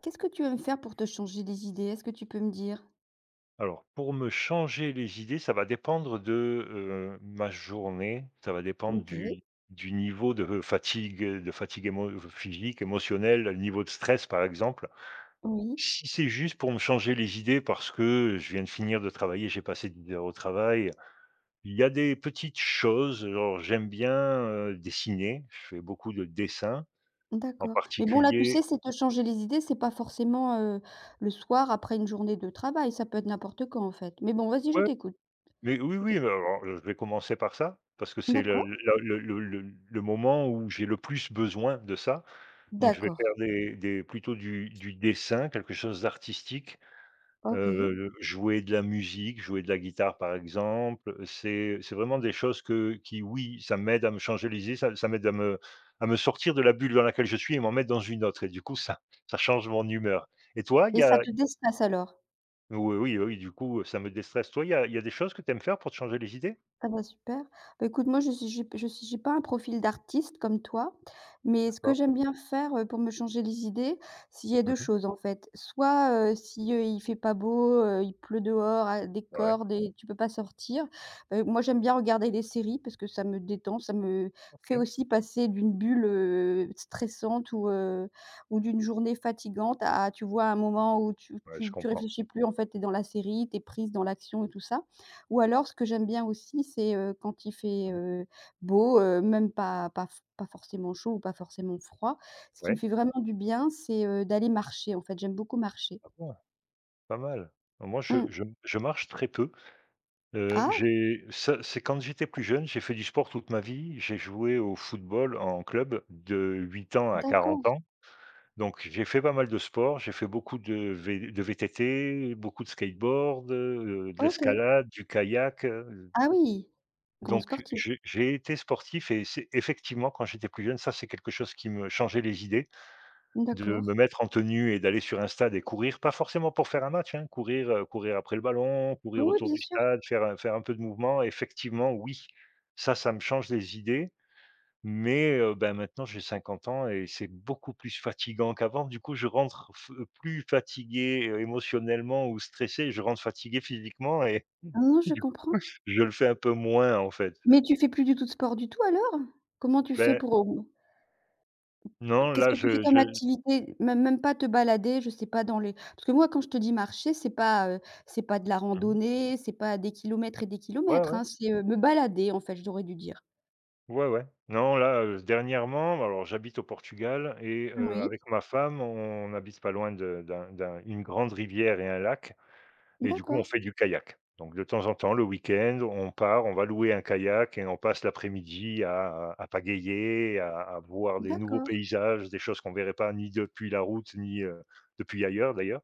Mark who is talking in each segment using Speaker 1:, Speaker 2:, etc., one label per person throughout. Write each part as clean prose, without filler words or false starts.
Speaker 1: Qu'est-ce que tu aimes faire pour te changer les idées? Est-ce que tu peux me dire?
Speaker 2: Alors, pour me changer les idées, ça va dépendre de, ma journée, ça va dépendre
Speaker 1: OK,
Speaker 2: du niveau de fatigue émo physique, émotionnelle, le niveau de stress, par exemple.
Speaker 1: oui,
Speaker 2: Si c'est juste pour me changer les idées parce que je viens de finir de travailler, j'ai passé 10 heures au travail, il y a des petites choses, genre j'aime bien, dessiner, je fais beaucoup de dessins, en
Speaker 1: d'accord. Mais bon, là, tu
Speaker 2: particulier.
Speaker 1: sais, c'est te changer les idées, c'est pas forcément, le soir après une journée de travail, ça peut être n'importe quand, en fait. Mais bon, vas-y, je
Speaker 2: Ouais.
Speaker 1: t'écoute,
Speaker 2: Mais oui,
Speaker 1: je
Speaker 2: oui,
Speaker 1: t'écoute.
Speaker 2: alors je vais commencer par ça, parce que c'est le
Speaker 1: D'accord,
Speaker 2: la le moment où j'ai le plus besoin de ça. Donc je vais faire
Speaker 1: d'accord,
Speaker 2: des plutôt du dessin, quelque chose d'artistique,
Speaker 1: OK
Speaker 2: jouer de la musique, jouer de la guitare par exemple. C'est vraiment des choses que qui, oui, ça m'aide à me changer les idées, ça m'aide à me sortir de la bulle dans laquelle je suis et m'en mettre dans une autre et du coup ça change mon humeur. Et toi, il
Speaker 1: et
Speaker 2: y
Speaker 1: ça
Speaker 2: a...
Speaker 1: te déstresse alors?
Speaker 2: Oui, oui, oui, du coup, ça me déstresse. Toi, il y a des choses que tu aimes faire pour te changer les idées?
Speaker 1: Ah bah, super. Bah, écoute, moi, je suis j'ai pas un profil d'artiste comme toi, mais ce que
Speaker 2: D'accord.
Speaker 1: j'aime bien faire, pour me changer les idées, s'il y a
Speaker 2: Mmh
Speaker 1: deux
Speaker 2: mh.
Speaker 1: choses, en fait. Soit, si, il fait pas beau, il pleut dehors, à des
Speaker 2: Ouais.
Speaker 1: cordes et tu peux pas sortir, moi, j'aime bien regarder les séries parce que ça me détend, ça me fait
Speaker 2: OK.
Speaker 1: aussi passer d'une bulle, stressante ou d'une journée fatigante à, tu vois, un moment où tu
Speaker 2: Ouais, je
Speaker 1: tu tu
Speaker 2: comprends.
Speaker 1: réfléchis plus, en fait, t'es dans la série, t'es prise dans l'action et tout ça. Ou alors ce que j'aime bien aussi, c'est, quand il fait,
Speaker 2: Mmh mh.
Speaker 1: beau, même pas forcément chaud ou pas forcément froid. Ce qui me
Speaker 2: Ouais,
Speaker 1: fait vraiment du bien, c'est, d'aller marcher, en fait, j'aime beaucoup marcher.
Speaker 2: ah bon, pas mal. Moi, je
Speaker 1: Mmh.
Speaker 2: je je marche très peu.
Speaker 1: Ah!
Speaker 2: J'ai Ça c'est quand j'étais plus jeune, j'ai fait du sport toute ma vie. J'ai joué au football en club de 8 ans à quarante
Speaker 1: D'accord.
Speaker 2: ans. Donc j'ai fait pas mal de sport. J'ai fait beaucoup de V de VTT, beaucoup de skateboard, de
Speaker 1: OK.
Speaker 2: l'escalade, du kayak,
Speaker 1: Ah oui! Grand
Speaker 2: donc
Speaker 1: sportif.
Speaker 2: j'ai été sportif et c'est effectivement quand j'étais plus jeune, ça c'est quelque chose qui me changeait les idées. De
Speaker 1: D'accord.
Speaker 2: me mettre en tenue et d'aller sur un stade et courir, pas forcément pour faire un match, hein, courir, courir après le ballon, courir
Speaker 1: Oui,
Speaker 2: autour
Speaker 1: bien
Speaker 2: du
Speaker 1: sûr.
Speaker 2: stade, faire un peu de mouvement. Effectivement, oui, ça me change les idées, mais ben, maintenant j'ai 50 ans et c'est beaucoup plus fatigant qu'avant. Du coup, je rentre f plus fatigué, émotionnellement ou stressé, je rentre fatigué physiquement et
Speaker 1: Non, non, je comprends.
Speaker 2: je le fais un peu moins, en fait.
Speaker 1: Mais tu fais plus du tout de sport du tout alors? Comment tu fais
Speaker 2: Ben,
Speaker 1: pour,
Speaker 2: non,
Speaker 1: Qu'est-ce
Speaker 2: là,
Speaker 1: que tu fais
Speaker 2: je
Speaker 1: comme activité? Même pas te balader, je sais pas, dans les parce que moi, quand je te dis marcher, c'est pas de la
Speaker 2: mmh.
Speaker 1: randonnée, c'est pas des kilomètres et des
Speaker 2: Ouais,
Speaker 1: kilomètres,
Speaker 2: ouais.
Speaker 1: hein, c'est, me balader, en fait, j'aurais dû dire.
Speaker 2: Ouais, ouais. Non, là, dernièrement, alors j'habite au Portugal et
Speaker 1: Oui,
Speaker 2: avec ma femme, on habite pas loin de d'un d'un une grande rivière et un lac et du coup, on
Speaker 1: d'accord,
Speaker 2: fait du kayak. Donc de temps en temps, le week-end, on part, on va louer un kayak et on passe l'après-midi à pagayer, à voir des nouveaux
Speaker 1: d'accord.
Speaker 2: paysages, des choses qu'on verrait pas ni depuis la route, ni, depuis ailleurs d'ailleurs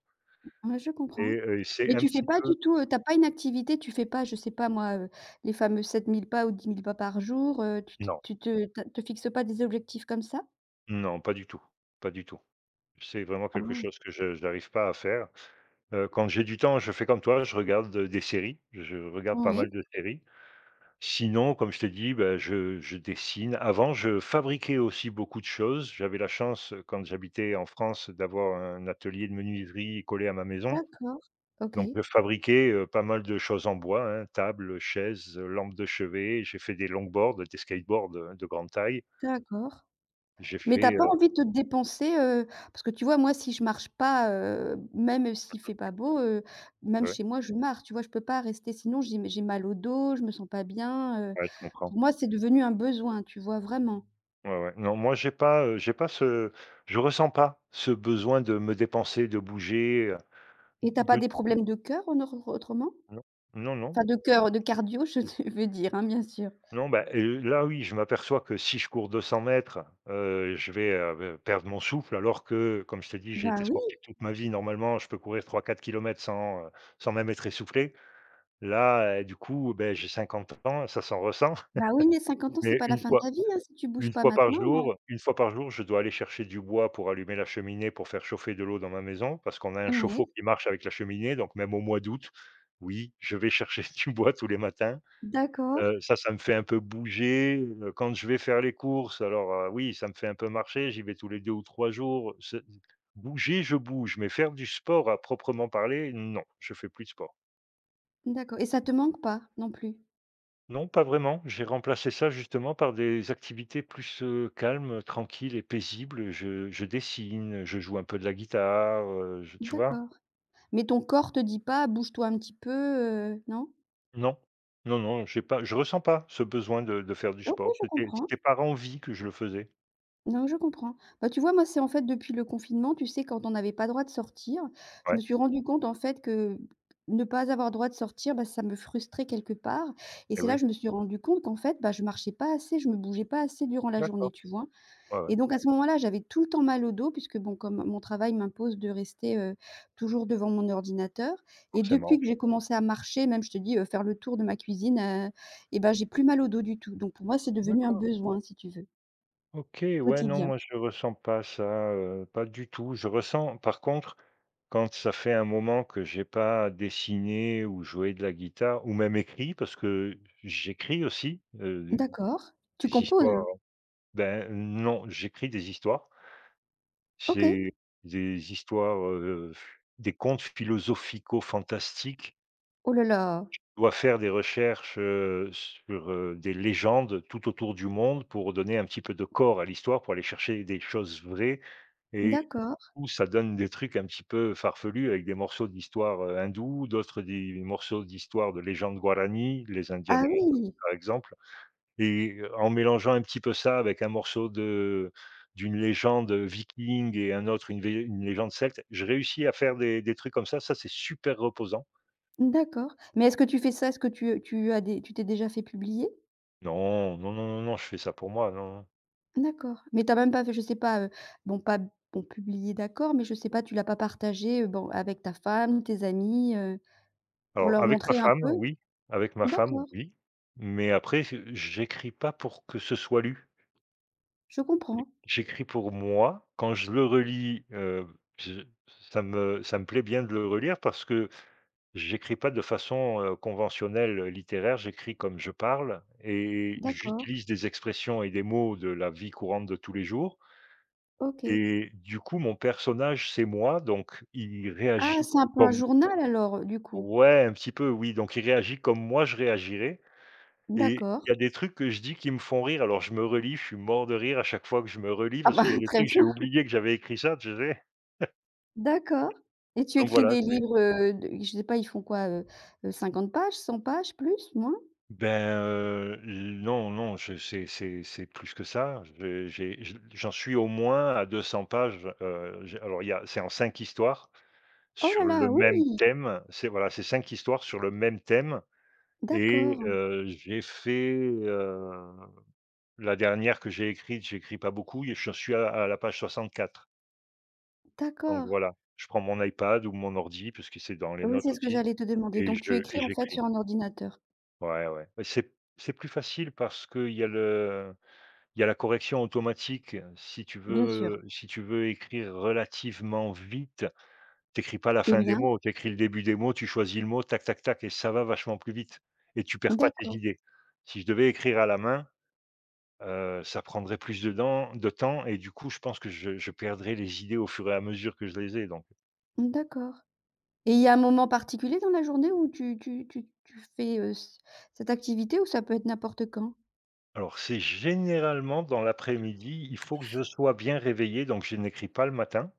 Speaker 1: Ouais, je comprends.
Speaker 2: et c'est
Speaker 1: Mais
Speaker 2: un
Speaker 1: tu fais
Speaker 2: petit
Speaker 1: pas
Speaker 2: peu...
Speaker 1: du tout, tu pas une activité, tu fais pas, je sais pas moi, les fameux 7 000 pas ou 10 000 pas par jour, tu te
Speaker 2: Non,
Speaker 1: tu te tu te fixes pas des objectifs comme ça?
Speaker 2: non, pas du tout, pas du tout. C'est vraiment quelque
Speaker 1: Ah!
Speaker 2: chose que je j'arrive pas à faire. Quand j'ai du temps, je fais comme toi, je regarde, des séries. Je regarde pas mal
Speaker 1: Oui,
Speaker 2: de séries. Sinon, comme je t'ai dit, bah, je dessine. Avant, je fabriquais aussi beaucoup de choses. J'avais la chance, quand j'habitais en France, d'avoir un atelier de menuiserie collé à ma maison.
Speaker 1: d'accord. OK,
Speaker 2: Donc je fabriquais, pas mal de choses en bois, hein, tables, chaises, lampes de chevet. J'ai fait des longboards, des skateboards, de grande taille.
Speaker 1: d'accord.
Speaker 2: J'ai
Speaker 1: Mais t'as
Speaker 2: fait,
Speaker 1: pas envie de te dépenser, parce que tu vois, moi, si je marche pas, même s'il fait pas beau, même
Speaker 2: ouais,
Speaker 1: chez moi, je marche, tu vois? Je peux pas rester sinon j'ai mal au dos, je me sens pas bien.
Speaker 2: ouais, je comprends.
Speaker 1: Pour moi, c'est devenu un besoin, tu vois? Vraiment
Speaker 2: Ouais, ouais. Non, moi j'ai pas ce je ressens pas ce besoin de me dépenser, de bouger,
Speaker 1: et tu as pas
Speaker 2: de
Speaker 1: des problèmes de cœur en autrement?
Speaker 2: non, non, non,
Speaker 1: Enfin de cœur, de cardio, je te veux dire, hein, bien sûr.
Speaker 2: non. Bah, là oui, je m'aperçois que si je cours 200 m, je vais, perdre mon souffle alors que, comme je t'ai dit, j'ai été
Speaker 1: Bah oui,
Speaker 2: sportif toute ma vie. Normalement, je peux courir 3 4 kilomètres sans, sans même être essoufflé. Là, du coup, ben j'ai 50 ans, ça s'en ressent,
Speaker 1: bah oui, mais 50 ans, c'est
Speaker 2: mais
Speaker 1: pas la
Speaker 2: une
Speaker 1: fin de
Speaker 2: fois...
Speaker 1: la vie, hein, si tu bouges pas maintenant.
Speaker 2: Une fois par jour, je dois aller chercher du bois pour allumer la cheminée pour faire chauffer de l'eau dans ma maison, parce qu'on a un chauffe-eau
Speaker 1: Ouais,
Speaker 2: qui marche avec la cheminée, donc même au mois d'août, oui, je vais chercher du bois tous les matins.
Speaker 1: d'accord,
Speaker 2: Ça, ça me fait un peu bouger, quand je vais faire les courses, alors, oui, ça me fait un peu marcher, j'y vais tous les 2 ou 3 jours. Ce Bouger, je bouge, mais faire du sport à proprement parler, non, je fais plus de sport.
Speaker 1: d'accord et ça te manque pas non plus?
Speaker 2: Non, pas vraiment. J'ai remplacé ça justement par des activités plus, calmes, tranquilles et paisibles. Je dessine, je joue un peu de la guitare, je tu vois?
Speaker 1: D'accord. Mais ton corps te dit pas: «Bouge-toi un petit peu», non?
Speaker 2: Non, non, non, j'ai pas je ressens pas ce besoin de faire du
Speaker 1: OK,
Speaker 2: sport.
Speaker 1: je
Speaker 2: C'était
Speaker 1: comprends.
Speaker 2: c'était par envie que je le faisais.
Speaker 1: Non, je comprends. Bah, tu vois, moi, c'est en fait depuis le confinement, tu sais, quand on n'avait pas droit de sortir, je me
Speaker 2: Ouais,
Speaker 1: suis rendue compte, en fait, que ne pas avoir droit de sortir, bah, ça me frustrait quelque part et
Speaker 2: et
Speaker 1: c'est là
Speaker 2: oui.
Speaker 1: je me suis rendue compte qu'en fait, bah, je marchais pas assez, je me bougeais pas assez durant la journée,
Speaker 2: D'accord.
Speaker 1: tu vois?
Speaker 2: Ouais, ouais,
Speaker 1: Et donc à ce moment-là, j'avais tout le temps mal au dos puisque bon, comme mon travail m'impose de rester, toujours devant mon ordinateur et depuis
Speaker 2: forcément.
Speaker 1: que j'ai commencé à marcher, même je te dis, faire le tour de ma cuisine, et bah, j'ai plus mal au dos du tout. Donc pour moi, c'est devenu un
Speaker 2: D'accord.
Speaker 1: besoin, si tu veux,
Speaker 2: OK, ouais, non,
Speaker 1: quotidien.
Speaker 2: moi je ressens pas ça, pas du tout. Je ressens par contre, quand ça fait un moment que j'ai pas dessiné ou joué de la guitare ou même écrit parce que j'écris aussi,
Speaker 1: D'accord. Tu
Speaker 2: des histoires...
Speaker 1: composes?
Speaker 2: Ben, non, j'écris des histoires. C'est
Speaker 1: OK.
Speaker 2: des histoires, des contes philosophico-fantastiques.
Speaker 1: Oh là là!
Speaker 2: Je dois faire des recherches, sur, des légendes tout autour du monde pour donner un petit peu de corps à l'histoire, pour aller chercher des choses vraies et...
Speaker 1: D'accord.
Speaker 2: Ou ça donne des trucs un petit peu farfelus avec des morceaux d'histoire, hindous, d'autres des morceaux d'histoire de légendes guarani, les Indiens
Speaker 1: Ah
Speaker 2: d'Amazonie
Speaker 1: oui!
Speaker 2: par exemple, et en mélangeant un petit peu ça avec un morceau de d'une légende, viking et un autre, une légende celte, je réussis à faire des trucs comme ça c'est super reposant.
Speaker 1: D'accord. Mais est-ce que tu fais ça? Est-ce que tu, tu as des tu t'es déjà fait publier?
Speaker 2: Non, non, non, non, non, je fais ça pour moi, non, non.
Speaker 1: D'accord, mais t'as même pas fait je sais pas, bon pas bon publié d'accord, mais je sais pas, tu l'as pas partagé, bon avec ta femme, tes amis, pour
Speaker 2: Alors
Speaker 1: leur
Speaker 2: avec ma
Speaker 1: montrer un
Speaker 2: femme,
Speaker 1: peu?
Speaker 2: oui, avec ma femme,
Speaker 1: D'accord,
Speaker 2: oui, mais après je j'écris pas pour que ce soit lu.
Speaker 1: je comprends.
Speaker 2: J'écris pour moi. Quand je le relis, je ça me plaît bien de le relire parce que j'écris pas de façon, conventionnelle, littéraire. J'écris comme je parle et
Speaker 1: D'accord,
Speaker 2: j'utilise des expressions et des mots de la vie courante de tous les jours
Speaker 1: OK.
Speaker 2: et du coup, mon personnage, c'est moi, donc il
Speaker 1: Ah,
Speaker 2: réagit
Speaker 1: c'est un peu un
Speaker 2: comme
Speaker 1: journal alors, du coup?
Speaker 2: ouais, un petit peu, oui, donc il réagit comme moi je réagirais et il
Speaker 1: D'accord.
Speaker 2: y a des trucs que je dis qui me font rire, alors je me relis, je suis mort de rire à chaque fois que je me relis
Speaker 1: Ah
Speaker 2: parce
Speaker 1: bah,
Speaker 2: qu'il y a des
Speaker 1: très
Speaker 2: trucs, j'ai
Speaker 1: bien.
Speaker 2: oublié que j'avais écrit ça, tu sais?
Speaker 1: D'accord et tu
Speaker 2: Donc
Speaker 1: écris
Speaker 2: voilà,
Speaker 1: des
Speaker 2: c'est
Speaker 1: livres, de je sais pas, ils font quoi, 50 pages, 100 pages, plus, moins?
Speaker 2: ben, non, non, je c'est plus que ça. Je j'ai je j'en suis au moins à 200 pages, j'ai alors il y a c'est en cinq histoires
Speaker 1: Oh là
Speaker 2: sur le
Speaker 1: là,
Speaker 2: même
Speaker 1: oui!
Speaker 2: thème. C'est voilà, c'est 5 histoires sur le même thème et
Speaker 1: D'accord,
Speaker 2: j'ai fait, heu, la dernière que j'ai écrite, j'écris pas beaucoup et j'en suis à la page 64. Donc
Speaker 1: d'accord.
Speaker 2: voilà, je prends mon iPad ou mon ordi, puisque c'est dans les
Speaker 1: Oui,
Speaker 2: notes
Speaker 1: c'est ce que
Speaker 2: aussi,
Speaker 1: j'allais te demander. Donc tu
Speaker 2: et
Speaker 1: écris en fait
Speaker 2: j'écris.
Speaker 1: sur un ordinateur?
Speaker 2: Ouais, ouais. Mais c'est plus facile parce qu'il y a le il y a la correction automatique.
Speaker 1: Bien sûr.
Speaker 2: Si tu veux écrire relativement vite, t'écris pas la
Speaker 1: Eh
Speaker 2: fin des
Speaker 1: bien?
Speaker 2: mots, t'écris le début des mots, tu choisis le mot, tac, tac, tac, et ça va vachement plus vite et tu perds pas tes
Speaker 1: D'accord,
Speaker 2: idées. Si je devais écrire à la main, ça prendrait plus de temps et du coup, je pense que je perdrais les idées au fur et à mesure que je les ai, donc...
Speaker 1: d'accord et il y a un moment particulier dans la journée où tu fais, c cette activité ou ça peut être n'importe quand?
Speaker 2: Alors, c'est généralement dans l'après-midi, il faut que je sois bien réveillé, donc je n'écris pas le matin.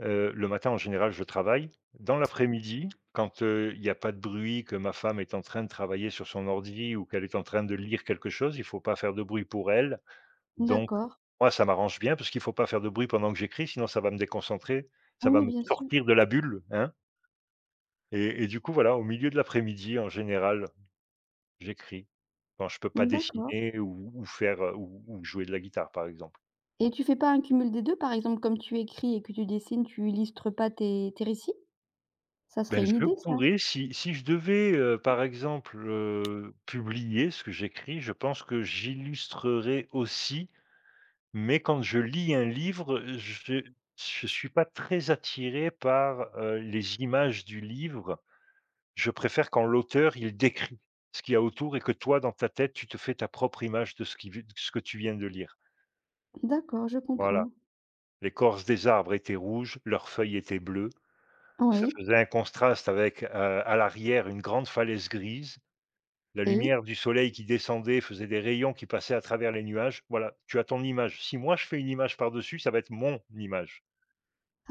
Speaker 2: Le matin, en général, je travaille. Dans l'après-midi, quand, il n'y a pas de bruit, que ma femme est en train de travailler sur son ordi ou qu'elle est en train de lire quelque chose, il ne faut pas faire de bruit pour elle. Donc
Speaker 1: D'accord.
Speaker 2: moi, ça m'arrange bien parce qu'il ne faut pas faire de bruit pendant que j'écris, sinon ça va me déconcentrer, ça va
Speaker 1: Oui,
Speaker 2: me
Speaker 1: bien sûr.
Speaker 2: sortir de la bulle, hein, et du coup, voilà, au milieu de l'après-midi, en général, j'écris quand je ne peux pas
Speaker 1: D'accord
Speaker 2: dessiner ou faire, ou jouer de la guitare, par exemple.
Speaker 1: et tu fais pas un cumul des deux, par exemple, comme tu écris et que tu dessines, tu illustres pas tes récits? Ça
Speaker 2: Ben,
Speaker 1: serait une
Speaker 2: je
Speaker 1: idée ça.
Speaker 2: pourrais, si je devais, par exemple, publier ce que j'écris, je pense que j'illustrerais aussi, mais quand je lis un livre, je suis pas très attiré par, les images du livre. Je préfère quand l'auteur, il décrit ce qu'il y a autour et que toi, dans ta tête, tu te fais ta propre image de ce qui v ce que tu viens de lire.
Speaker 1: D'accord, je
Speaker 2: Voilà.
Speaker 1: comprends.
Speaker 2: L'écorce des arbres était rouge, leurs feuilles étaient bleues. Ça
Speaker 1: Oui
Speaker 2: faisait un contraste avec, à l'arrière, une grande falaise grise. La
Speaker 1: et?
Speaker 2: lumière du soleil qui descendait faisait des rayons qui passaient à travers les nuages. Voilà, tu as ton image. Si moi je fais une image par-dessus, ça va être mon image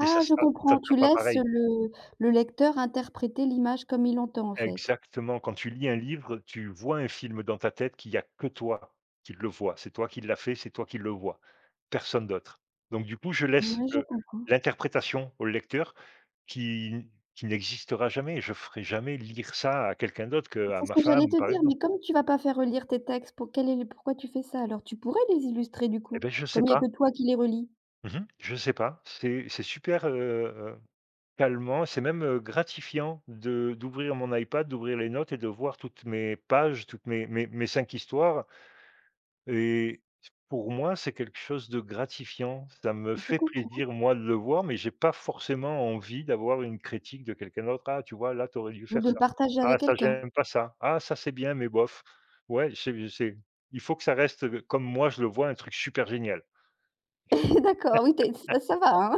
Speaker 2: et ça
Speaker 1: je
Speaker 2: sera ça
Speaker 1: comprends,
Speaker 2: sera
Speaker 1: tu
Speaker 2: pas
Speaker 1: laisses
Speaker 2: pareil.
Speaker 1: le lecteur interpréter l'image comme il l'entend, en fait.
Speaker 2: Exactement, quand tu lis un livre, tu vois un film dans ta tête qu'il y a que toi qui le vois. C'est toi qui l'as fait, c'est toi qui le vois, personne d'autre. Donc du coup, je laisse
Speaker 1: Oui, je
Speaker 2: le
Speaker 1: comprends.
Speaker 2: l'interprétation au lecteur qui n'existera jamais. Je ferai jamais lire ça à quelqu'un d'autre qu'à
Speaker 1: C'est ce
Speaker 2: ma
Speaker 1: que j'allais
Speaker 2: femme,
Speaker 1: te
Speaker 2: par
Speaker 1: dire,
Speaker 2: exemple.
Speaker 1: mais comme tu vas pas faire relire tes textes, pour quel est le pourquoi tu fais ça alors? Tu pourrais les illustrer du
Speaker 2: Eh
Speaker 1: coup,
Speaker 2: beh, je sais
Speaker 1: comme il y a
Speaker 2: pas.
Speaker 1: que toi qui les relis.
Speaker 2: Mmh. Je sais pas. C'est super, heu, calmant. C'est même, gratifiant de d'ouvrir mon iPad, d'ouvrir les notes et de voir toutes mes pages, toutes mes 5 histoires et pour moi, c'est quelque chose de gratifiant. Ça me
Speaker 1: Je
Speaker 2: fait
Speaker 1: comprends,
Speaker 2: plaisir, moi, de le voir, mais j'ai pas forcément envie d'avoir une critique de quelqu'un d'autre. «Ah, tu vois, là, tu aurais dû
Speaker 1: ou
Speaker 2: faire
Speaker 1: de le
Speaker 2: ça.
Speaker 1: partager
Speaker 2: Ah,
Speaker 1: avec
Speaker 2: ça,
Speaker 1: quelqu'un.
Speaker 2: j'aime pas ça. Ah, ça, c'est bien, mais bof». Ouais, c'est il faut que ça reste, comme moi je le vois, un truc super génial.
Speaker 1: D'accord, oui, tu ça ça va, hein.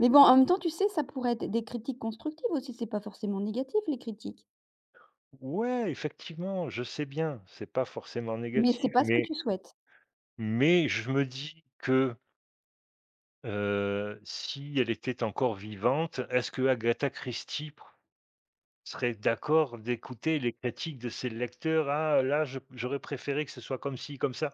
Speaker 1: Mais bon, en même temps, tu sais, ça pourrait être des critiques constructives aussi, c'est pas forcément négatif les critiques,
Speaker 2: Ouais, effectivement, je sais bien, c'est pas forcément
Speaker 1: mais c'est
Speaker 2: négatif,
Speaker 1: pas ce que
Speaker 2: mais
Speaker 1: tu souhaites.
Speaker 2: mais je me dis que, si elle était encore vivante, est-ce que Agatha Christie pr serait d'accord d'écouter les critiques de ses lecteurs? «Ah, là, je j'aurais préféré que ce soit comme ci, comme ça».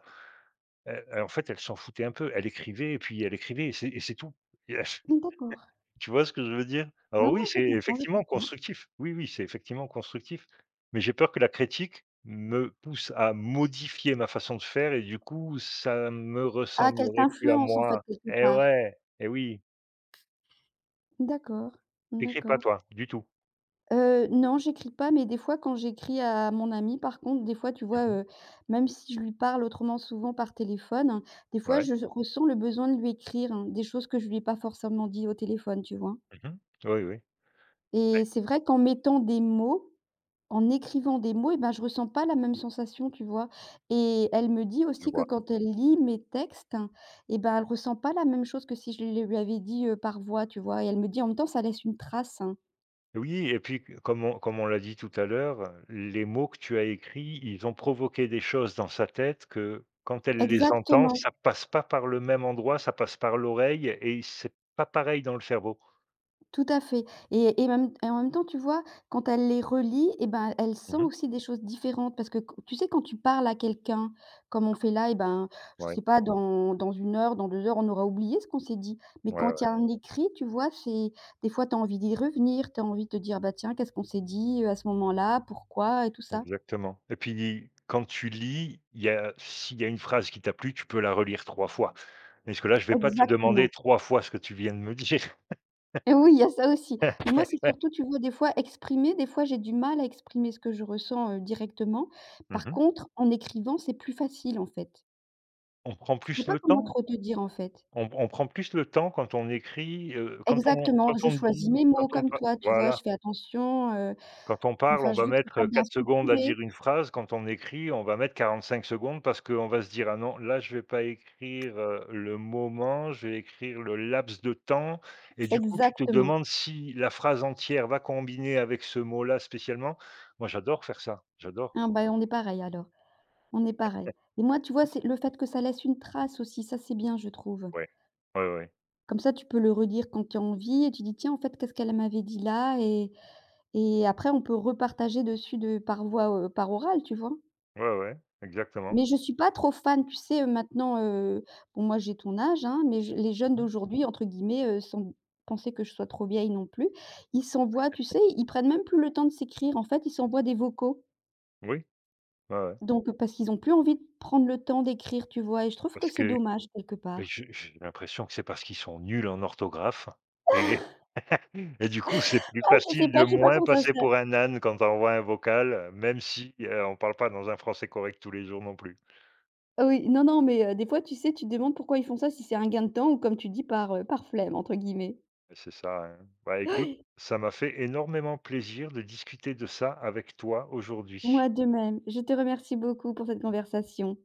Speaker 2: En fait, elle s'en foutait un peu. Elle écrivait et puis elle écrivait et c'est tout.
Speaker 1: D'accord.
Speaker 2: Tu vois ce que je veux dire?
Speaker 1: Non,
Speaker 2: Alors oui,
Speaker 1: non, je
Speaker 2: c'est
Speaker 1: comprends, je
Speaker 2: effectivement
Speaker 1: comprends.
Speaker 2: constructif. Oui, oui, c'est effectivement constructif, mais j'ai peur que la critique me pousse à modifier ma façon de faire et du coup, ça me
Speaker 1: Ah, qu'elles
Speaker 2: ressemblerait plus à
Speaker 1: t'influencent en fait
Speaker 2: moi.
Speaker 1: quelque
Speaker 2: Eh
Speaker 1: part.
Speaker 2: ouais, eh oui,
Speaker 1: D'accord,
Speaker 2: t'écris pas
Speaker 1: d'accord.
Speaker 2: toi, du tout.
Speaker 1: Non, j'écris pas, mais des fois, quand j'écris à mon ami, par contre, des fois, tu vois,
Speaker 2: Mmh.
Speaker 1: même si je lui parle autrement souvent par téléphone, hein, des fois,
Speaker 2: Ouais.
Speaker 1: je ressens le besoin de lui écrire hein, des choses que je lui ai pas forcément dit au téléphone, tu vois?
Speaker 2: Mmh. Oui, oui,
Speaker 1: Et c'est vrai qu'en mettant des mots, en écrivant des mots, et ben, je ressens pas la même sensation, tu vois? Et elle me dit
Speaker 2: je
Speaker 1: aussi que
Speaker 2: vois.
Speaker 1: quand elle lit mes textes, et ben, elle ressent pas la même chose que si je lui avais dit, par voix, tu vois? Et elle me dit: «En même temps, ça laisse une trace».
Speaker 2: Oui et puis c comme on l'a dit tout à l'heure, les mots que tu as écrits, ils ont provoqué des choses dans sa tête que quand elle les entend,
Speaker 1: Exactement.
Speaker 2: ça passe pas par le même endroit, ça passe par l'oreille et c'est pas pareil dans le cerveau.
Speaker 1: Tout à fait et même et en même temps, tu vois, quand elle les relit et ben, elle sent
Speaker 2: Mmh.
Speaker 1: aussi des choses différentes parce que q tu sais quand tu parles à quelqu'un, comme on fait là, et ben, je
Speaker 2: Ouais,
Speaker 1: sais pas dans 1 heure, dans 2 heures, on aura oublié ce qu'on s'est dit. Mais
Speaker 2: ouais,
Speaker 1: quand il y a
Speaker 2: ouais,
Speaker 1: un écrit, tu vois, c'est des fois tu as envie d'y revenir, tu as envie de te dire: «Bah, tiens, qu'est-ce qu'on s'est dit, à ce moment-là? Pourquoi?» et tout ça.
Speaker 2: exactement et puis quand tu lis, il y a s'il y a une phrase qui t'a plu, tu peux la relire 3 fois. Parce que là, je vais pas te demander
Speaker 1: Exactement.
Speaker 2: 3 fois ce que tu viens de me dire.
Speaker 1: Et oui, il y a ça aussi. Mais moi, c'est surtout, tu vois, des fois exprimer, des fois j'ai du mal à exprimer ce que je ressens, directement. Par
Speaker 2: Mmh.
Speaker 1: contre, en écrivant, c'est plus facile, en fait.
Speaker 2: On prend
Speaker 1: Je ne sais
Speaker 2: plus
Speaker 1: pas
Speaker 2: le
Speaker 1: comment
Speaker 2: temps.
Speaker 1: trop te dire, en fait.
Speaker 2: On prend plus le temps quand on écrit, quand on quand
Speaker 1: Exactement, je
Speaker 2: on
Speaker 1: choisis
Speaker 2: dit,
Speaker 1: mes
Speaker 2: quand
Speaker 1: mots
Speaker 2: on
Speaker 1: comme
Speaker 2: pa
Speaker 1: toi, tu vois? Je
Speaker 2: voilà,
Speaker 1: fais attention,
Speaker 2: quand on parle, on
Speaker 1: enfin, je
Speaker 2: va
Speaker 1: veux que ce
Speaker 2: mettre,
Speaker 1: soit bien
Speaker 2: 4 secondes à
Speaker 1: structuré.
Speaker 2: dire une phrase. Quand on écrit, on va mettre 45 secondes parce qu'on va se dire: «Ah non, là, je vais pas écrire, le moment, je vais écrire le laps de temps» et du coup, tu te
Speaker 1: Exactement.
Speaker 2: demandes si la phrase entière va combiner avec ce mot-là spécialement. Moi, j'adore faire ça, j'adore.
Speaker 1: Ah bah, on est pareil alors, on est pareil. Et moi, tu vois, c'est le fait que ça laisse une trace aussi, ça, c'est bien, je trouve.
Speaker 2: Ouais. Ouais, ouais.
Speaker 1: Comme ça, tu peux le redire quand tu as envie et tu dis: «Tiens, en fait, qu'est-ce qu'elle m'avait dit là?» Et après on peut repartager dessus de par voie, par orale, tu vois?
Speaker 2: Ouais, ouais, exactement.
Speaker 1: Mais je suis pas trop fan, tu sais, maintenant, bon moi j'ai ton âge, hein, mais je les jeunes
Speaker 2: Mmh.
Speaker 1: d'aujourd'hui entre guillemets, sans penser que je sois trop vieille non plus, ils s'envoient, tu sais, ils prennent même plus le temps de s'écrire. En fait, ils s'envoient des vocaux,
Speaker 2: Oui, ouais, ouais,
Speaker 1: donc parce qu'ils ont plus envie de prendre le temps d'écrire, tu vois? Et je trouve
Speaker 2: parce
Speaker 1: que c'est
Speaker 2: que
Speaker 1: dommage quelque
Speaker 2: beh,
Speaker 1: part.
Speaker 2: je j'ai l'impression que c'est parce qu'ils sont nuls en orthographe et du coup, c'est plus
Speaker 1: Ah je sais
Speaker 2: facile
Speaker 1: pas
Speaker 2: de
Speaker 1: je sais pas
Speaker 2: moins
Speaker 1: comment ça se
Speaker 2: passer pour un âne quand on envoie un vocal, même si, on parle pas dans un français correct tous les jours non plus.
Speaker 1: Ah oui, non, non, mais, des fois, tu sais, tu te demandes pourquoi ils font ça, si c'est un gain de temps ou comme tu dis par flemme entre guillemets.
Speaker 2: C'est ça, hein. Bah, écoute, ça m'a fait énormément plaisir de discuter de ça avec toi aujourd'hui.
Speaker 1: Moi de même, je te remercie beaucoup pour cette conversation.